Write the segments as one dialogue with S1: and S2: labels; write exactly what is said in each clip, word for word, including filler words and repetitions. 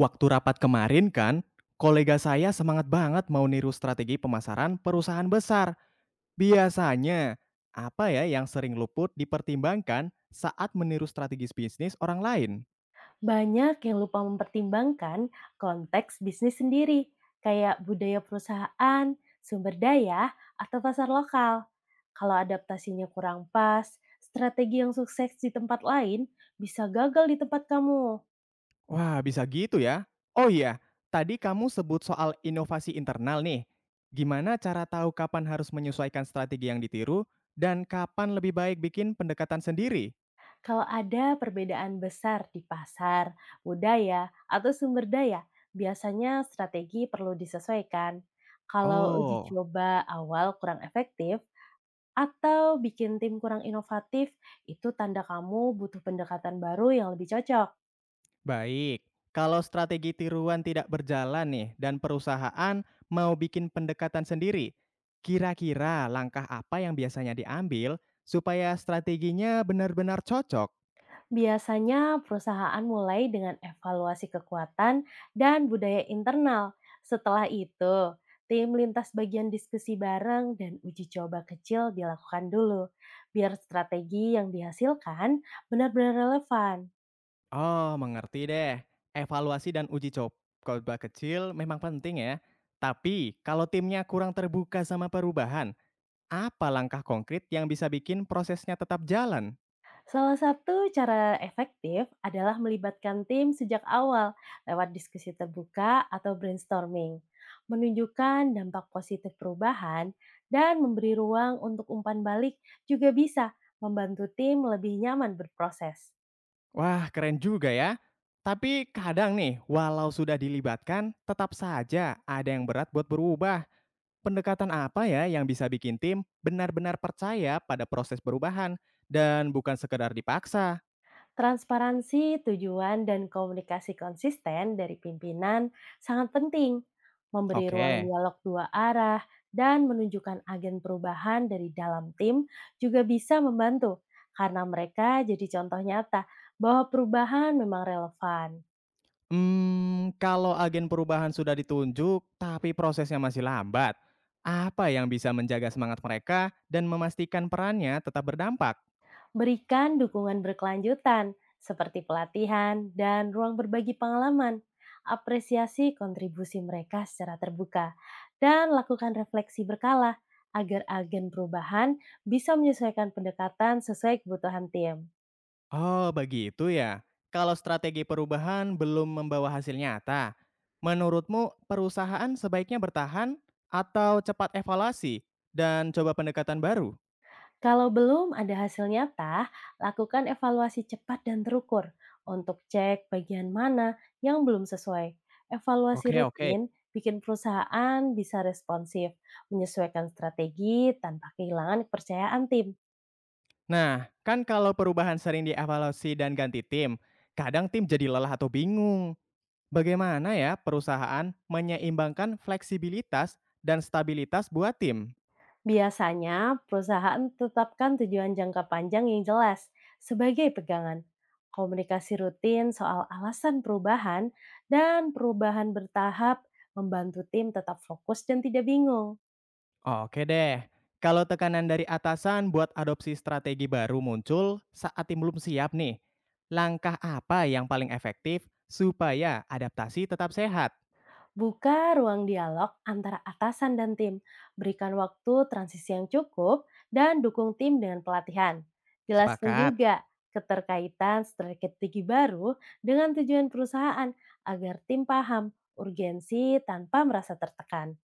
S1: Waktu rapat kemarin kan, kolega saya semangat banget mau niru strategi pemasaran perusahaan besar. Biasanya, apa ya yang sering luput dipertimbangkan saat meniru strategis bisnis orang lain?
S2: Banyak yang lupa mempertimbangkan konteks bisnis sendiri, kayak budaya perusahaan, sumber daya, atau pasar lokal. Kalau adaptasinya kurang pas, strategi yang sukses di tempat lain bisa gagal di tempat kamu.
S1: Wah, bisa gitu ya. Oh iya, tadi kamu sebut soal inovasi internal nih. Gimana cara tahu kapan harus menyesuaikan strategi yang ditiru dan kapan lebih baik bikin pendekatan sendiri?
S2: Kalau ada perbedaan besar di pasar, budaya, atau sumber daya, biasanya strategi perlu disesuaikan. Kalau uji
S1: Oh,
S2: coba awal kurang efektif, atau bikin tim kurang inovatif, itu tanda kamu butuh pendekatan baru yang lebih cocok.
S1: baik, kalau strategi tiruan tidak berjalan nih dan perusahaan mau bikin pendekatan sendiri, kira-kira langkah apa yang biasanya diambil supaya strateginya benar-benar cocok?
S2: Biasanya perusahaan mulai dengan evaluasi kekuatan dan budaya internal. Setelah itu, tim lintas bagian diskusi bareng dan uji coba kecil dilakukan dulu, biar strategi yang dihasilkan benar-benar relevan.
S1: Oh, mengerti deh. Evaluasi dan uji co- coba kecil memang penting ya. Tapi kalau timnya kurang terbuka sama perubahan, apa langkah konkret yang bisa bikin prosesnya tetap jalan?
S2: Salah satu cara efektif adalah melibatkan tim sejak awal lewat diskusi terbuka atau brainstorming, menunjukkan dampak positif perubahan, dan memberi ruang untuk umpan balik juga bisa membantu tim lebih nyaman berproses.
S1: Wah, keren juga ya. Tapi kadang nih, walau sudah dilibatkan, tetap saja ada yang berat buat berubah. Pendekatan apa ya yang bisa bikin tim benar-benar percaya pada proses perubahan dan bukan sekedar dipaksa?
S2: Transparansi, tujuan, dan komunikasi konsisten dari pimpinan sangat penting. Memberi ruang
S1: Oke.
S2: dialog dua arah dan menunjukkan agen perubahan dari dalam tim juga bisa membantu karena mereka jadi contoh nyata bahwa perubahan memang relevan.
S1: Hmm, kalau agen perubahan sudah ditunjuk tapi prosesnya masih lambat, apa yang bisa menjaga semangat mereka dan memastikan perannya tetap berdampak?
S2: Berikan dukungan berkelanjutan seperti pelatihan dan ruang berbagi pengalaman. Apresiasi kontribusi mereka secara terbuka dan lakukan refleksi berkala agar agen perubahan bisa menyesuaikan pendekatan sesuai kebutuhan tim.
S1: Oh, begitu ya. Kalau strategi perubahan belum membawa hasil nyata, menurutmu perusahaan sebaiknya bertahan atau cepat evaluasi dan coba pendekatan baru?
S2: Kalau belum ada hasil nyata, lakukan evaluasi cepat dan terukur untuk cek bagian mana yang belum sesuai. Evaluasi
S1: Oke, oke.
S2: rutin bikin perusahaan bisa responsif, menyesuaikan strategi tanpa kehilangan kepercayaan tim.
S1: Nah, kan kalau perubahan sering dievaluasi dan ganti tim, kadang tim jadi lelah atau bingung. Bagaimana ya perusahaan menyeimbangkan fleksibilitas dan stabilitas buat tim?
S2: Biasanya, perusahaan tetapkan tujuan jangka panjang yang jelas sebagai pegangan. Komunikasi rutin soal alasan perubahan dan perubahan bertahap membantu tim tetap fokus dan tidak bingung.
S1: Oke deh. Kalau tekanan dari atasan buat adopsi strategi baru muncul saat tim belum siap nih, langkah apa yang paling efektif supaya adaptasi tetap sehat?
S2: Buka ruang dialog antara atasan dan tim. Berikan waktu transisi yang cukup dan dukung tim dengan pelatihan. Jelaskan
S1: Sepakat.
S2: juga keterkaitan strategi baru dengan tujuan perusahaan agar tim paham urgensi tanpa merasa tertekan.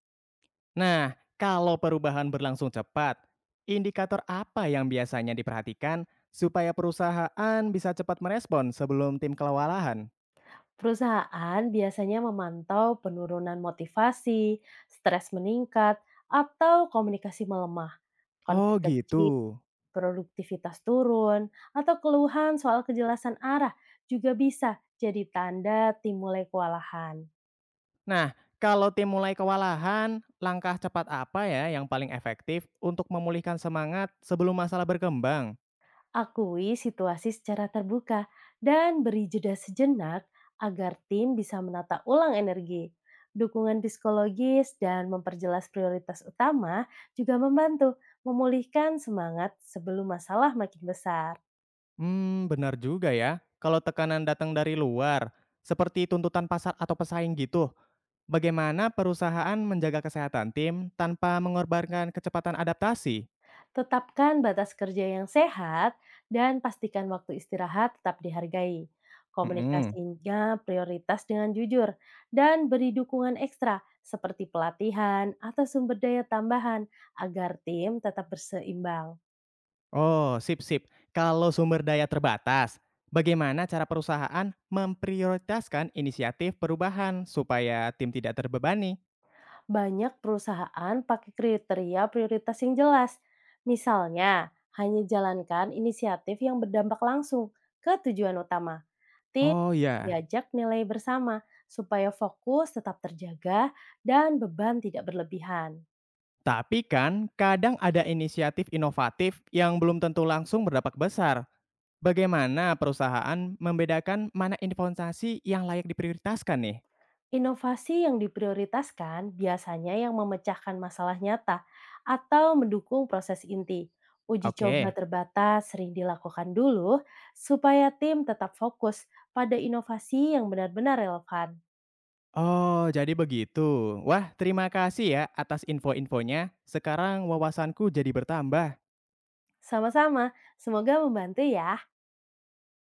S1: Nah, kalau perubahan berlangsung cepat, indikator apa yang biasanya diperhatikan supaya perusahaan bisa cepat merespon sebelum tim kelewalahan?
S2: Perusahaan biasanya memantau penurunan motivasi, stres meningkat, atau komunikasi melemah.
S1: Oh
S2: Konflik
S1: gitu.
S2: kecil, produktivitas turun, atau keluhan soal kejelasan arah juga bisa jadi tanda tim mulai kewalahan.
S1: Nah, kalau tim mulai kewalahan, langkah cepat apa ya yang paling efektif untuk memulihkan semangat sebelum masalah berkembang?
S2: Akui situasi secara terbuka dan beri jeda sejenak agar tim bisa menata ulang energi. Dukungan psikologis dan memperjelas prioritas utama juga membantu memulihkan semangat sebelum masalah makin besar.
S1: Hmm, benar juga ya. Kalau tekanan datang dari luar, seperti tuntutan pasar atau pesaing gitu, bagaimana perusahaan menjaga kesehatan tim tanpa mengorbankan kecepatan adaptasi?
S2: Tetapkan batas kerja yang sehat dan pastikan waktu istirahat tetap dihargai.
S1: Mm-mm.
S2: Komunikasinya prioritas dengan jujur dan beri dukungan ekstra seperti pelatihan atau sumber daya tambahan agar tim tetap berseimbang.
S1: Oh, sip-sip. Kalau sumber daya terbatas, bagaimana cara perusahaan memprioritaskan inisiatif perubahan supaya tim tidak terbebani?
S2: Banyak perusahaan pakai kriteria prioritas yang jelas. Misalnya, hanya jalankan inisiatif yang berdampak langsung ke tujuan utama. Tim
S1: Oh ya,
S2: diajak nilai bersama supaya fokus tetap terjaga dan beban tidak berlebihan.
S1: tapi kan kadang ada inisiatif inovatif yang belum tentu langsung berdampak besar. Bagaimana perusahaan membedakan mana investasi yang layak diprioritaskan nih?
S2: Inovasi yang diprioritaskan biasanya yang memecahkan masalah nyata atau mendukung proses inti. Uji coba
S1: Oke.
S2: terbatas sering dilakukan dulu supaya tim tetap fokus pada inovasi yang benar-benar relevan.
S1: Oh, jadi begitu. Wah, terima kasih ya atas info-infonya. Sekarang wawasanku jadi bertambah.
S2: Sama-sama, semoga membantu ya.